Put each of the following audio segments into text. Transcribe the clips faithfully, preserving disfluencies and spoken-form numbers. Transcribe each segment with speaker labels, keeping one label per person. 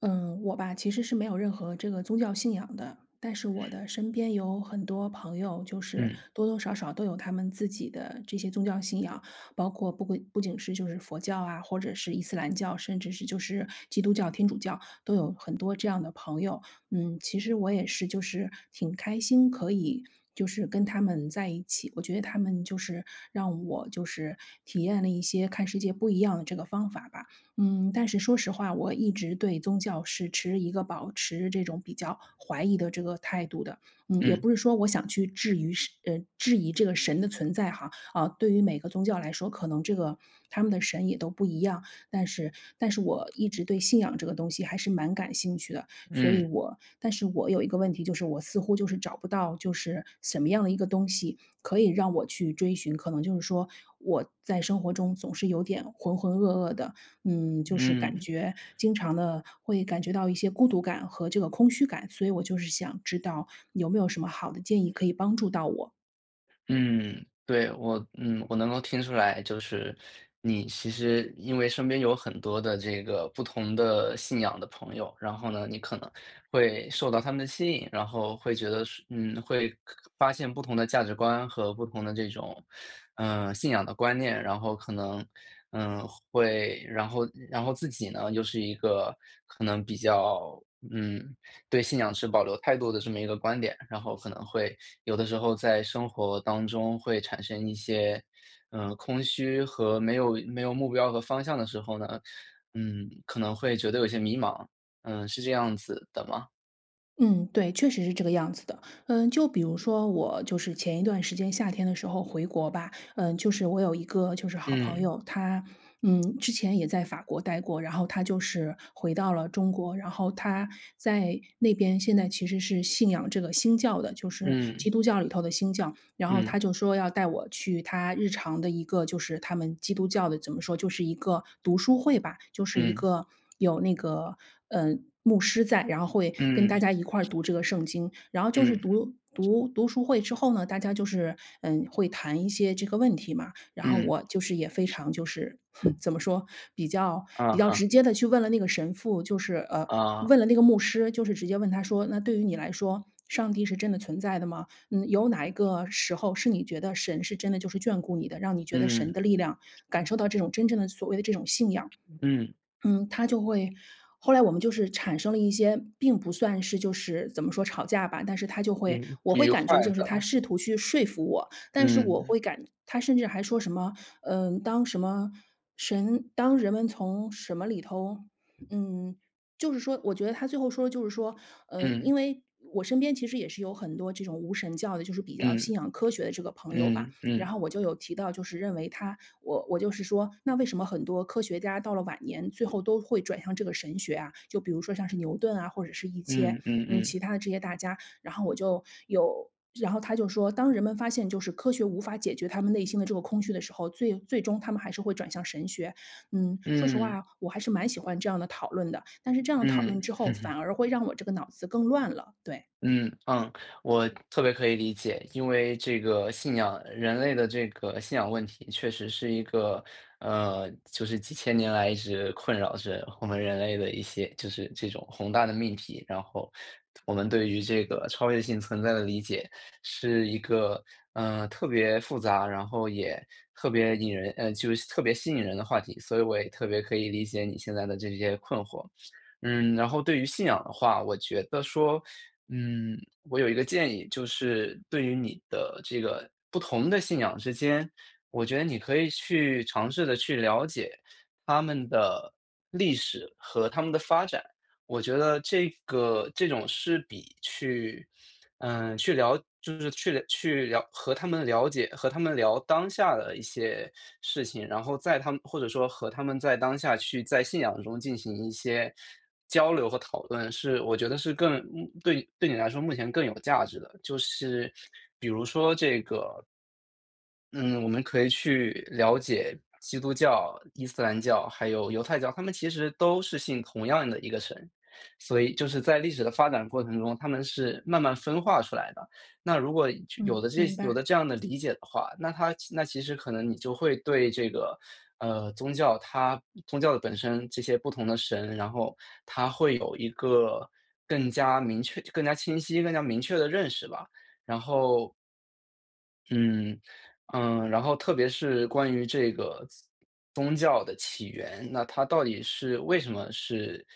Speaker 1: 嗯，我吧，其实是没有任何这个宗教信仰的，但是我的身边有很多朋友，就是
Speaker 2: 嗯
Speaker 1: 多多少少都有他们自己的这些宗教信仰，包括不归不仅是就是佛教啊，或者是伊斯兰教，甚至是就是基督教、天主教，都有很多这样的朋友。嗯，其实我也是，就是挺开心可以。就是跟他们在一起，我觉得他们就是让我就是体验了一些看世界不一样的这个方法吧。嗯，但是说实话，我一直对宗教是持一个保持这种比较怀疑的这个态度的。嗯，也
Speaker 2: 嗯
Speaker 1: 不是说我想去质疑是呃质疑这个神的存在哈啊，对于每个宗教来说，可能这个他们的神也都不一样。但是，但是我一直对信仰这个东西还是蛮感兴趣的，所以
Speaker 2: 嗯
Speaker 1: 我，但是我有一个问题，就是我似乎就是找不到就是什么样的一个东西可以让我去追寻，可能就是说我在生活中总是有点浑浑噩噩的，嗯，就是感
Speaker 2: 嗯
Speaker 1: 觉经常的会感觉到一些孤独感和这个空虚感，所以我就是想知道有没有什么好的建议可以帮助到我。
Speaker 2: 嗯，对，我嗯，我能够听出来，就是你其实因为身边有很多的这个不同的信仰的朋友，然后呢，你可能会受到他们的吸引，然后会觉得是，嗯，会发现不同的价值观和不同的这种，嗯、呃信仰的观念，然后可能，嗯，会，然后然后自己呢，又是一个可能比较。嗯。对信仰持保留态度的这么一个观点，然后可能会有的时候在生活当中会产生一些，嗯，空虚和没有没有目标和方向的时候呢，嗯，可能会觉得有些迷茫，嗯，是这样子的吗？
Speaker 1: 嗯，对，确实是这个样子的。嗯，就比如说我就是前一段时间夏天的时候回国吧，嗯，就是我有一个就是好朋
Speaker 2: 嗯，
Speaker 1: 友，他嗯，之前也在法国待过，然后他就是回到了中国，然后他在那边现在其实是信仰这个新教的，就是
Speaker 2: 嗯，
Speaker 1: 基督教里头的新教。然后
Speaker 2: 嗯，
Speaker 1: 他就说要带我去他日常的一个就是他们基督教的怎么说，就是一个读书会吧，就是一
Speaker 2: 嗯，
Speaker 1: 个有那个，嗯牧师在，然后会跟大
Speaker 2: 嗯，
Speaker 1: 家一块儿读这个圣经。然后就是
Speaker 2: 嗯，嗯，
Speaker 1: 读读读书会之后呢，大家就是，嗯，会谈一些这个问题嘛，然后
Speaker 2: 嗯
Speaker 1: 我就是也非常就是哼怎么说，比较比
Speaker 2: 啊
Speaker 1: 较直
Speaker 2: 哈，
Speaker 1: 接的去问了那个神父，就是呃，
Speaker 2: 啊，
Speaker 1: 问了那个牧师，就是直接问他说："那对于你来说，上帝是真的存在的吗？"嗯，有哪一个时候是你觉得神是真的就是眷顾你的，让你觉得神
Speaker 2: 嗯，
Speaker 1: 的力量感受到这种真正的所谓的这种信仰？
Speaker 2: 嗯，
Speaker 1: 嗯，他就会后来我们就是产生了一些并不算是就是怎么说吵架吧，但是他就会
Speaker 2: 嗯，
Speaker 1: 我
Speaker 2: 不
Speaker 1: 会
Speaker 2: 愉快
Speaker 1: 感觉就是他
Speaker 2: 的，
Speaker 1: 试图去说服我，但是我
Speaker 2: 嗯，
Speaker 1: 会感他甚至还说什么，嗯，当什么神当人们从什么里头，嗯，就是说，我觉得他最后说的就是说，呃，
Speaker 2: 嗯，
Speaker 1: 因为我身边其实也是有很多这种无神教的，就是比较
Speaker 2: 嗯，
Speaker 1: 信仰科学的这个朋友吧，
Speaker 2: 嗯，
Speaker 1: 然
Speaker 2: 嗯，
Speaker 1: 后我就有提到，就是认为他，我我就是说，那为什么很多科学家到了晚年，最后都会转向这个神学啊？就比如说像是牛顿啊，或者是一些
Speaker 2: 嗯，嗯，
Speaker 1: 嗯
Speaker 2: 嗯，
Speaker 1: 其他的这些大家。然后我就有，然后他就说，当人们发现就是科学无法解决他们内心的这个空虚的时候，最最终他们还是会转向神学。嗯，说实
Speaker 2: 嗯，
Speaker 1: 话，我还是蛮喜欢这样的讨论的。但是这样讨论
Speaker 2: 嗯
Speaker 1: 之后，
Speaker 2: 嗯。
Speaker 1: 反而会让我这个脑子更乱了。对，
Speaker 2: 嗯嗯，我特别可以理解，因为这个信仰，人类的这个信仰问题，确实是一个，呃，就是几千年来一直困扰着我们人类的一些，就是这种宏大的命题。然后，我们对于这个超越性存在的理解，是一个，呃，特别复杂，然后也特别引人，呃，就是特别吸引人的话题。所以，我也特别可以理解你现在的这些困惑。嗯，然后对于信仰的话，我觉得说，嗯，我有一个建议，就是对于你的这个不同的信仰之间，我觉得你可以去尝试的去了解他们的历史和他们的发展。我觉得这个这种是比去，嗯，去聊就是去了去聊和他们了解和他们聊当下的一些事情，然后在他们或者说和他们在当下去在信仰中进行一些交流和讨论，是我觉得是更嗯对对你来说目前更有价值的。就是比如说这个。嗯，我们可以去了解基督教、伊斯兰教还有犹太教，他们其实都是信同样的一个神，所以就是在历史的发展过程中，他们是慢慢分化出来的。那如果有
Speaker 1: 嗯，
Speaker 2: 的这
Speaker 1: 明
Speaker 2: 有
Speaker 1: 白，
Speaker 2: 的这样的理解的话，那它那其实可能你就会对这个，呃，宗教它宗教的本身这些不同的神，然后它会有一个更加明确、更加清晰、更加明确的认识吧。然后嗯，嗯，然后特别是关于这个宗教的起源，那它到底是为什么是，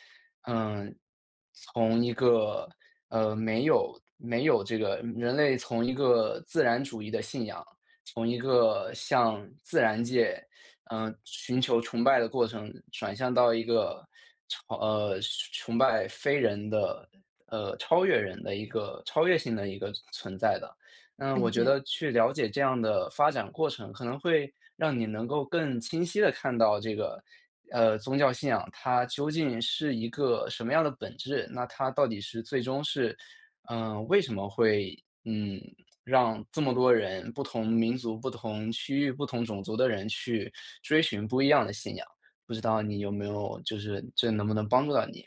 Speaker 2: 嗯，从一个呃没有没有这个人类从一个自然主义的信仰，从一个向自然界，嗯、呃寻求崇拜的过程，转向到一个超呃崇拜非人的呃超越人的一个超越性的一个存在的。嗯，
Speaker 1: 理
Speaker 2: 我觉
Speaker 1: 解。
Speaker 2: 得去了解这样的发展过程，可能会让你能够更清晰的看到这个，呃，宗教信仰它究竟是一个什么样的本质，那它到底是最终是，嗯，为什么会，嗯，让这么多人，不同民族、不同区域、不同种族的人去追寻不一样的信仰。不知道你有没有就是这能不能帮助到你？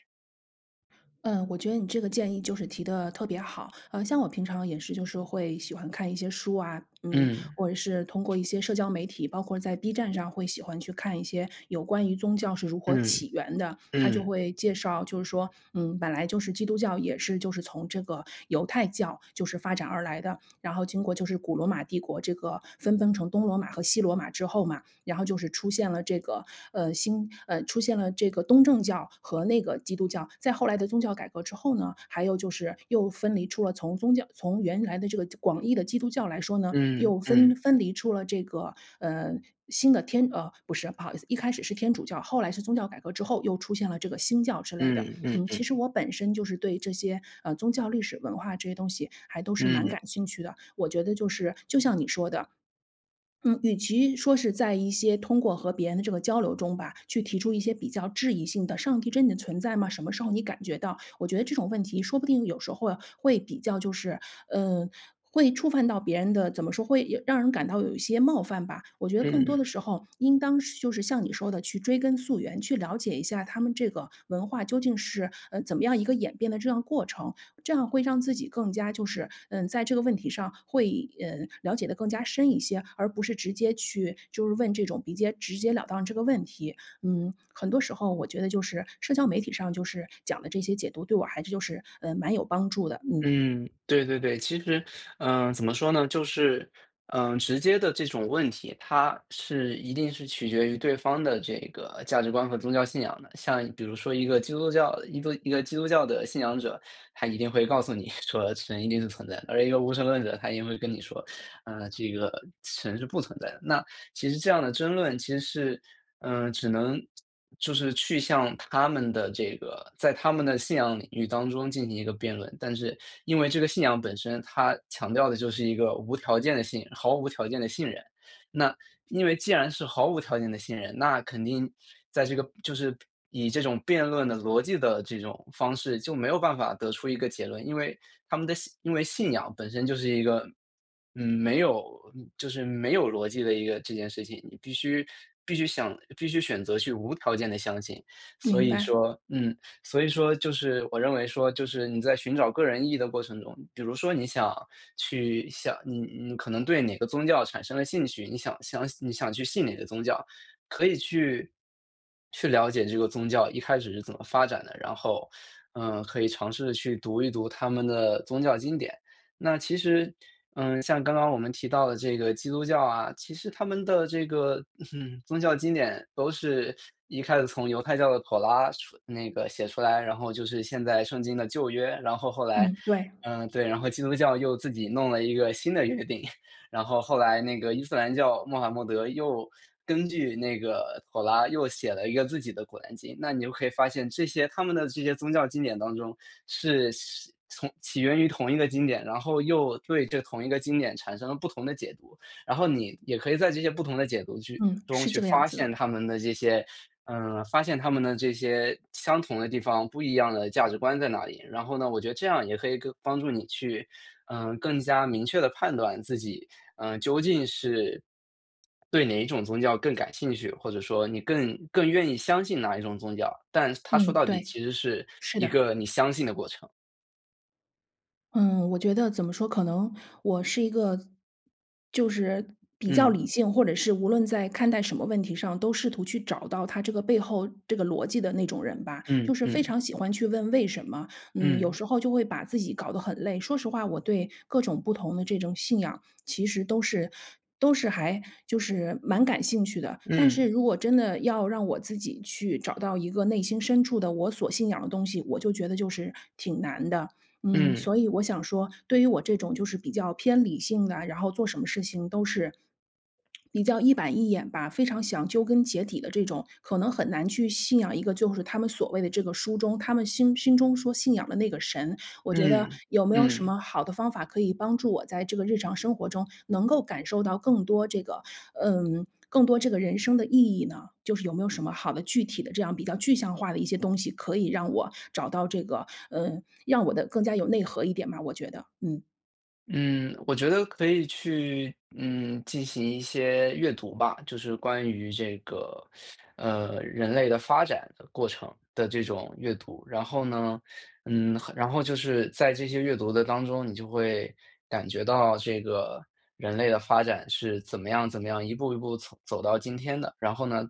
Speaker 1: 嗯，我觉得你这个建议就是提的特别好。呃，像我平常也是，就是会喜欢看一些书啊，嗯，
Speaker 2: 嗯，
Speaker 1: 或者是通过一些社交媒体，包括在 B 站上，会喜欢去看一些有关于宗教是如何起
Speaker 2: 嗯，
Speaker 1: 源的。他就
Speaker 2: 嗯，
Speaker 1: 会介绍，就是说，嗯，本来就是基督教也是就是从这个犹太教就是发展而来的，然后经过就是古罗马帝国这个分崩成东罗马和西罗马之后嘛，然后就是出现了这个呃新呃出现了这个东正教和那个基督教。在后来的宗教改革之后呢，还有就是又分离出了从宗教从原来的这个广义的基督教来说呢，
Speaker 2: 嗯，
Speaker 1: 又
Speaker 2: 嗯，
Speaker 1: 分分离出了这个呃。新的天呃不是不好意思，一开始是天主教，后来是宗教改革之后又出现了这个新教之类的。
Speaker 2: 嗯，嗯，
Speaker 1: 嗯，其
Speaker 2: 嗯，
Speaker 1: 实我本身就是对这些呃宗教历史文化这些东西还都是
Speaker 2: 嗯，
Speaker 1: 蛮
Speaker 2: 嗯
Speaker 1: 感兴趣的。我觉得就是就像你说的，嗯，与其说是在一些通过和别人的这个交流中吧，去提出一些比较质疑性的"上帝真的存在吗？什么时候你感觉到？"我觉得这种问题说不定有时候啊会比较就是，嗯，会触犯到别人的，怎么说，会有让人感到有一些冒犯吧。我觉得更多
Speaker 2: 嗯。
Speaker 1: 的时候应当是就是像你说的，去追根溯源，去了解一下他们这个文化究竟是，呃，怎么样一个演变的这样过程。这样会让自己更加就是，嗯，在这个问题上会，嗯，了解的更加深一些，而不是直接去就是问这种比接直截了当这个问题。嗯，很多时候我觉得就是社交媒体上就是讲的这些解读，对我还是就是，嗯，蛮有帮助的。嗯，
Speaker 2: 嗯，对对对，其实，嗯、怎么说呢，就是，嗯、直接的这种问题，它是一定是取决于对方的这个价值观和宗教信仰的。像比如说一个基督教，一个一个基督教的信仰者，他一定会告诉你 说神一定是存在的，而一个无神论者，他一定会跟你说，呃，这个神是不存在的。那其实这样的争论其实是，嗯、只能就是去向他们的这个，在他们的信仰领域当中进行一个辩论，但是因为这个信仰本身，它强调的就是一个无条件的信，毫无条件的信任。那因为既然是毫无条件的信任，那肯定在这个就是以这种辩论的逻辑的这种方式，就没有办法得出一个结论，因为他们的信因为信仰本身就是一个，嗯，没有就是没有逻辑的一个这件事情，你必须必须想必须选择去无条件的相信。所
Speaker 1: 明
Speaker 2: 以
Speaker 1: 白，
Speaker 2: 说嗯。所以说就是我认为说，就是你在寻找个人意义的过程中，比如说你想去想你你可能对哪个宗教产生了兴趣，你想想你想去信哪个宗教，可以去去了解这个宗教一开始是怎么发展的，然后，嗯，可以尝试去读一读他们的宗教经典。那其实，嗯，像刚刚我们提到的这个基督教啊，其实他们的这个，嗯，宗教经典都是一开始从犹太教的《妥拉》出那个写出来，然后就是现在圣经的《旧约》，然后后来，
Speaker 1: 嗯，对，
Speaker 2: 嗯，对，然后基督教又自己弄了一个新的约定。然后后来那个伊斯兰教穆罕默德又根据那个妥拉又写了一个自己的古兰经，那你就可以发现这些他们的这些宗教经典当中是从起源于同一个经典，然后又对这同一个经典产生了不同的解读，然后你也可以在这些不同的解读去
Speaker 1: 嗯，
Speaker 2: 中
Speaker 1: 是
Speaker 2: 去
Speaker 1: 这个样
Speaker 2: 发
Speaker 1: 子的。
Speaker 2: 现他们的这些，嗯，呃发现他们的这些相同的地方，不一样的价值观在哪里。然后呢，我觉得这样也可以更帮助你去，嗯，更加明确的判断自己嗯，究竟是对哪一种宗教更感兴趣，或者说你更更愿意相信哪一种宗教，但它说
Speaker 1: 嗯，
Speaker 2: 到底
Speaker 1: 对，
Speaker 2: 其实是
Speaker 1: 是
Speaker 2: 一
Speaker 1: 的。
Speaker 2: 个你相信的过程。
Speaker 1: 嗯，我觉得怎么说，可能我是一个就是比较
Speaker 2: 嗯，
Speaker 1: 理性，或者是无论在看待什么问题上，都试图去找到他这个背后这个逻辑的那种人吧。就
Speaker 2: 嗯
Speaker 1: 是非
Speaker 2: 嗯
Speaker 1: 常喜欢去问为什么，嗯，有
Speaker 2: 嗯
Speaker 1: 时候就会把自己搞得很累。说实话，我对各种不同的这种信仰，其实都是都是还就是蛮感兴趣的。但
Speaker 2: 嗯
Speaker 1: 是如果真的要让我自己去找到一个内心深处的我所信仰的东西，我就觉得就是挺难的。嗯，
Speaker 2: 嗯
Speaker 1: 所以我想说，对于我这种就是比较偏理性的，然后做什么事情都是比较一板一眼吧，非常想究根结底的这种，可能很难去信仰一个就是他们所谓的这个书中他们心心中说信仰的那个神。我觉得
Speaker 2: 嗯
Speaker 1: 有没有
Speaker 2: 嗯
Speaker 1: 什
Speaker 2: 嗯。
Speaker 1: 么好的方法可以帮助我在这个日常生活中能够感受到更多这个，嗯，更多这个人生的意义呢？就是有没有什么好的具体的这样比较具象化的一些东西，可以让我找到这个嗯，让我的更加有内核一点嘛？我觉得。嗯，
Speaker 2: 嗯，我觉得可以去，嗯，进行一些阅读吧，就是关于这个，呃，人类的发展的过程的这种阅读。然后呢，嗯，然后就是在这些阅读的当中，你就会感觉到这个人类的发展是怎么样怎么样，一步一步走走到今天的。然后呢，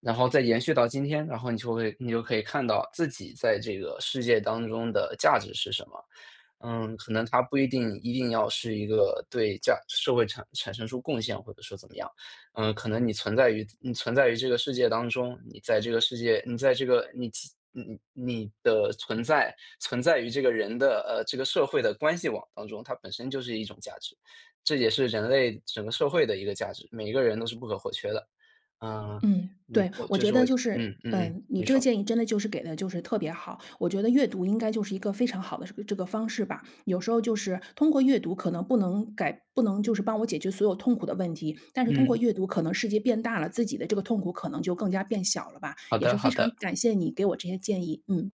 Speaker 2: 然后再延续到今天，然后你就会你就可以看到自己在这个世界当中的价值是什么。嗯，可能他不一定一定要是一个对价社会产产生出贡献，或者说怎么样。嗯，可能你存在于你存在于这个世界当中，你在这个世界，你在这个你其你你的存在存在于这个人的呃这个社会的关系网当中，它本身就是一种价值，这也是人类整个社会的一个价值，每一个人都是不可或缺的。嗯，
Speaker 1: 嗯，
Speaker 2: 你
Speaker 1: 对，
Speaker 2: 我
Speaker 1: 我
Speaker 2: 就
Speaker 1: 觉
Speaker 2: 是我，
Speaker 1: 得就是，
Speaker 2: 嗯嗯嗯，
Speaker 1: 嗯，你
Speaker 2: 你
Speaker 1: 这个
Speaker 2: 说，
Speaker 1: 建议真的就是给的就是特别好。我觉得阅读应该就是一个非常好的这个这个方式吧。有时候就是通过阅读可能不能改不能就是帮我解决所有痛苦的问题，但是通过
Speaker 2: 嗯，
Speaker 1: 阅读可能世界变大了，自己的这个痛苦可能就更加变小了吧。
Speaker 2: 好
Speaker 1: 也
Speaker 2: 的
Speaker 1: 是非
Speaker 2: 好
Speaker 1: 常
Speaker 2: 的。
Speaker 1: 感谢你给我这些建议，嗯。